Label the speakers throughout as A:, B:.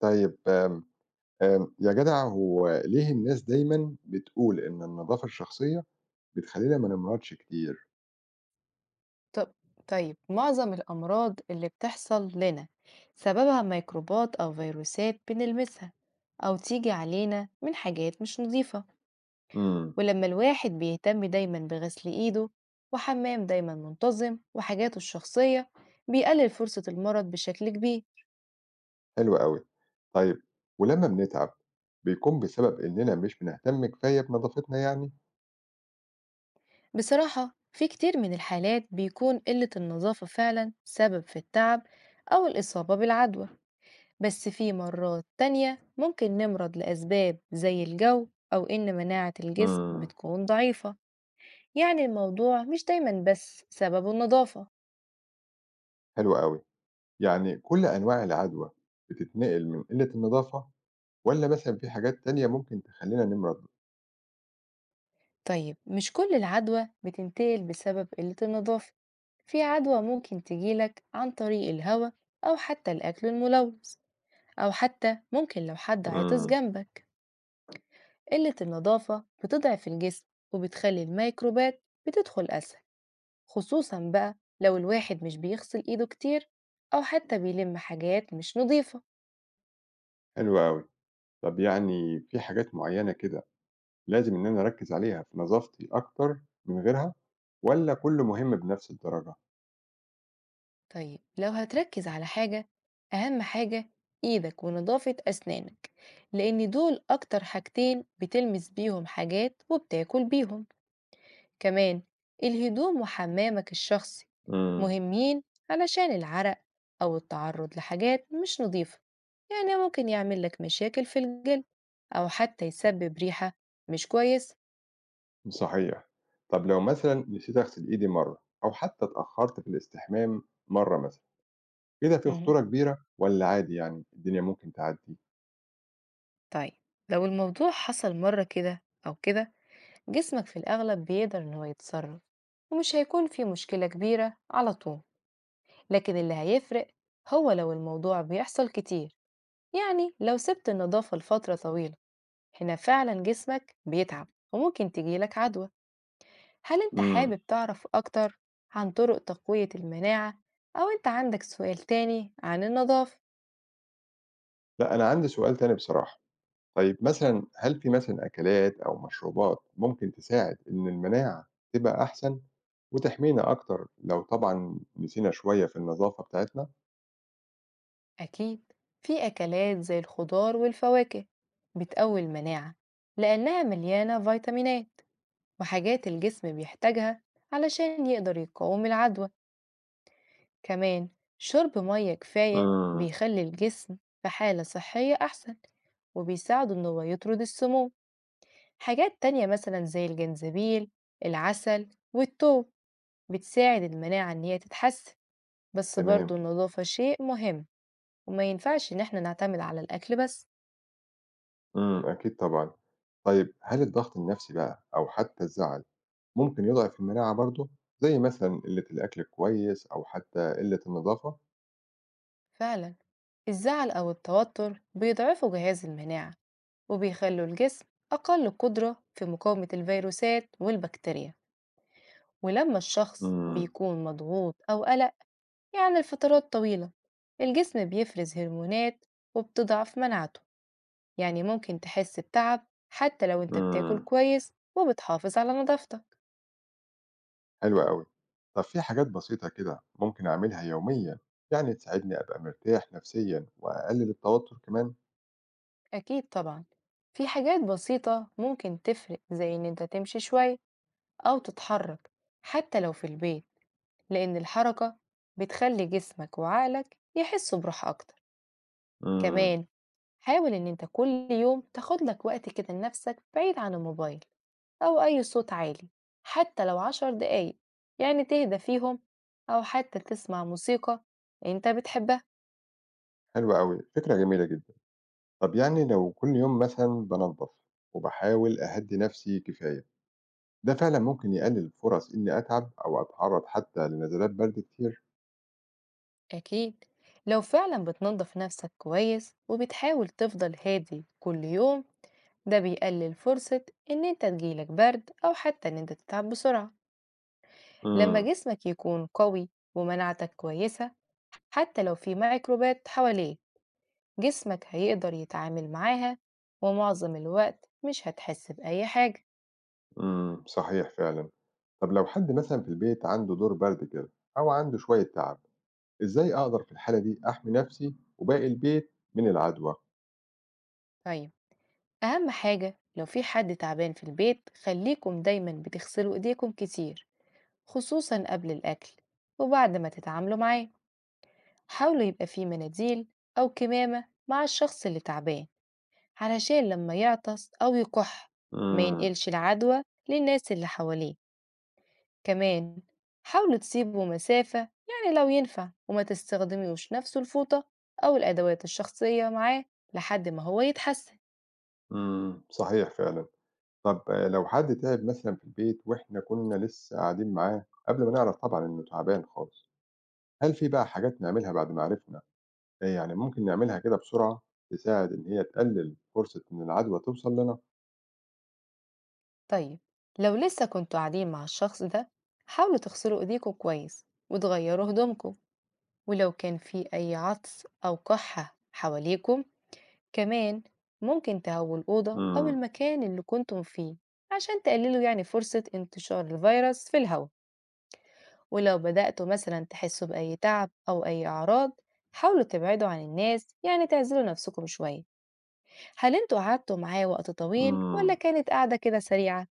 A: طيب آمم، آمم، يا جدع هو ليه الناس دايمًا بتقول إن النضافة الشخصية بتخلّينا ما نمرضش كتير؟
B: طب طيب معظم الأمراض اللي بتحصل لنا سببها ميكروبات أو فيروسات بنلمسها أو تيجي علينا من حاجات مش نظيفة.
A: إمم،
B: ولما الواحد بيهتم دايما بغسل إيده وحمام دايما منتظم وحاجاته الشخصية بيقلل فرصة المرض بشكل كبير.
A: حلو أوي. طيب ولمّا بنتعب بيكون بسبب إننا مش بنهتم كفاية بنضافتنا يعني؟
B: بصراحة في كتير من الحالات بيكون قلة النظافة فعلا سبب في التعب أو الإصابة بالعدوى، بس في مرات تانية ممكن نمرض لأسباب زي الجو أو إن مناعة الجسم
A: إمم،
B: بتكون ضعيفة. يعني الموضوع مش دايما بس سبب النظافة.
A: حلو أوي. يعني كل أنواع العدوى بتتنقل من قلة النضافة والّا مثلًا في حاجات تانية ممكن تخلّينا نمرض؟
B: طيب مش كل العدوى بتنتقل بسبب قلة النظافة، في عدوى ممكن تجيلك عن طريق الهواء أو حتى الأكل الملوث أو حتى ممكن لو حد عطس
A: إمم،
B: جنبك. قلة النظافة بتضعف الجسم وبتخلي الميكروبات بتدخل أسهل، خصوصا بقى لو الواحد مش بيغسل إيده كتير أو حتى بيلم حاجات مش نظيفة.
A: حلو أوي. طب يعني في حاجات معيّنة كده لازم إن أنا أركّز عليها في نظافتي أكتر من غيرها والّا كُلّه مهم بنفس الدرجة؟
B: طيب لو هتركز على حاجة، أهم حاجة إيدك ونظافة أسنانك، لأن دول أكتر حاجتين بتلمس بيهم حاجات وبتاكل بيهم. كمان الهدوم وحمامك الشخصي
A: إمم.
B: مهمين علشان العرق أو التعرض لحاجات مش نظيفة، يعني ممكن يعمل لك مشاكل في الجلد أو حتى يسبب ريحة مش كويسة.
A: صحيح. طب لو مثلًا نسيت أغسل إيدي مرّة أو حتى اتأخّرت في الاستحمام مرّة مثلًا، كده في
B: مهم.
A: خطورة كبيرة والّا عادي يعني الدنيا ممكن تعدّي؟
B: طيب لو الموضوع حصل مرة كده أو كده جسمك في الأغلب بيقدر إن هو يتصرف، ومش هيكون في مشكلة كبيرة على طول. لكن اللي هيفرق هو لو الموضوع بيحصل كتير، يعني لو سبت النظافة لفترة طويلة، هنا فعلا جسمك بيتعب وممكن تجيلك عدوى. هل أنت
A: إمم.
B: حابب تعرف أكتر عن طرق تقوية المناعة أو أنت عندك سؤال تاني عن النظافة؟
A: لأ، أنا عندي سؤال تاني بصراحة، طيب مثلًا هل في مثلًا أكلات أو مشروبات ممكن تساعد إن المناعة تبقى أحسن وتحمينا أكتر لو طبعًا نسينا شوية في النظافة بتاعتنا؟
B: أكيد، في أكلات زي الخضار والفواكه بتقوي المناعة لأنها مليانة فيتامينات وحاجات الجسم بيحتاجها علشان يقدر يقاوم العدوى. كمان شرب مية كفاية
A: إمم.
B: بيخلي الجسم في حالة صحية أحسن وبيساعده إن هو يطرد السموم. حاجات تانية مثلا زي الجنزبيل العسل والتوم بتساعد المناعة إن هي تتحسن، بس برضه
A: تمام.
B: النظافة شيء مهم وما ينفعش إن احنا نعتمد على الأكل بس.
A: إمم، أكيد طبعًا. طيب هل الضغط النفسي بقى أو حتى الزعل ممكن يضعف المناعة برضه؟ زي مثلًا قلة الأكل الكويس أو حتى قلة النضافة؟
B: فعلا الزعل أو التوتر بيضعفوا جهاز المناعة وبيخلوا الجسم أقل قدرة في مقاومة الفيروسات والبكتيريا، ولما الشخص
A: إمم،
B: بيكون مضغوط أو قلق يعني لفترات طويلة الجسم بيفرز هرمونات وبتضعف مناعته. يعني ممكن تحس بتعب حتى لو انت بتاكل
A: إمم،
B: كويس وبتحافظ على نظافتك.
A: حلو أوي. طب في حاجات بسيطة كده ممكن أعملها يوميًا يعني تساعدني أبقى مرتاح نفسيًا وأقلل التوتر كمان؟
B: أكيد طبعا، في حاجات بسيطة ممكن تفرق زي إن انت تمشي شوي أو تتحرك حتى لو في البيت، لأن الحركة بتخلي جسمك وعقلك يحسوا براحة أكتر.
A: إمم،
B: كمان حاول إن أنت كل يوم تاخد لك وقت كده لنفسك بعيد عن الموبايل أو أي صوت عالي، حتى لو 10 دقايق يعني تهدى فيهم، أو حتى تسمع موسيقى أنت بتحبها.
A: حلو أوي، فكرة جميلة جدًا. طب يعني لو كل يوم مثلًا بانضف وباحاول أهدّي نفسي كفاية ده فعلًا ممكن يقلل فرص إني أتعب أو أتعرض حتى لنزلات برد كتير.
B: أكيد، لو فعلا بتنظف نفسك كويس وبتحاول تفضل هادي كل يوم، ده بيقلل فرصة إن أنت تجيلك برد أو حتى إن أنت تتعب بسرعة. لما
A: إمم،
B: جسمك يكون قوي ومناعتك كويسة، حتى لو في ميكروبات حواليه جسمك هيقدر يتعامل معاها، ومعظم الوقت مش هتحس بأي حاجة.
A: إمم، صحيح فعلًا. طب لو حد مثلًا في البيت عنده دور برد كده أو عنده شوية تعب، إزاي أقدر في الحالة دي أحمي نفسي وباقي البيت من العدوى؟
B: طيب أهم حاجة لو في حد تعبان في البيت، خليكم دايما بتغسلوا إيديكم كتير، خصوصا قبل الأكل وبعد ما تتعاملوا معاه. حاولوا يبقى في مناديل أو كمامة مع الشخص اللي تعبان علشان لما يعطس أو يكح ما
A: إمم،
B: ينقلش العدوى للناس اللي حواليه. كمان حاولوا تسيبوا مسافة يعني لو ينفع، وما تستخدميوش نفس الفوطة أو الأدوات الشخصية معاه لحد ما هو يتحسن.
A: إمم، صحيح فعلًا. طب آه، لو حد تعب مثلًا في البيت وإحنا كنا لسه قاعدين معاه قبل ما نعرف طبعًا إنه تعبان خالص، هل في بقى حاجات نعملها بعد ما عرفنا يعني ممكن نعملها كده بسرعة تساعد إن هي تقلل فرصة إن العدوى توصل لنا؟
B: طيب لو لسه كنتوا قاعدين مع الشخص ده، حاولوا تغسلوا إيديكم كويس وتغيروا هدومكم، ولو كان في أي عطس أو كحة حواليكم. كمان ممكن تهووا الأوضة أو
A: إمم،
B: المكان اللي كنتم فيه، عشان تقللوا يعني فرصة انتشار الفيروس في الهواء. ولو بدأتوا مثلا تحسوا بأي تعب أو أي أعراض، حاولوا تبعدوا عن الناس يعني تعزلوا نفسكم شوية. هل انتوا قعدتوا معاه وقت طويل ولا
A: إمم،
B: كانت قاعدة كده سريعة؟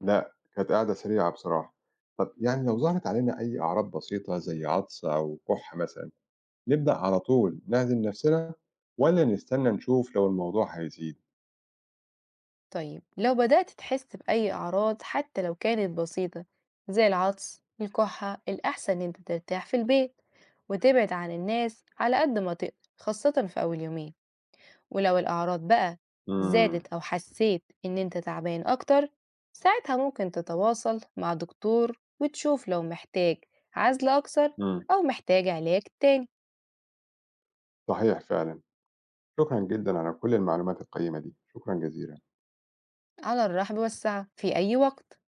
A: لأ، كانت قعدة سريعة بصراحة. طب يعني لو ظهرت علينا أي أعراض بسيطة زي عطس أو كُحّ مثلًا، نبدأ على طول نعزل نفسنا والّا نستنى نشوف لو الموضوع هيزيد؟
B: طيب لو بدأت تحس بأي أعراض حتى لو كانت بسيطة زي العطس الكحة، الأحسن إن انت ترتاح في البيت وتبعد عن الناس على قد ما تقدر، خاصة في أول يومين. ولو الأعراض بقى
A: إمم،
B: زادت أو حسيت إن أنت تعبان أكتر، ساعتها ممكن تتواصل مع دكتور وتشوف لو محتاج عزل أكتر
A: إمم،
B: أو محتاج علاج تاني.
A: صحيح فعلًا. شكرًا جدًا على كل المعلومات القيّمة دي، شكرًا جزيلًا.
B: على الرحب والسعة في أي وقت.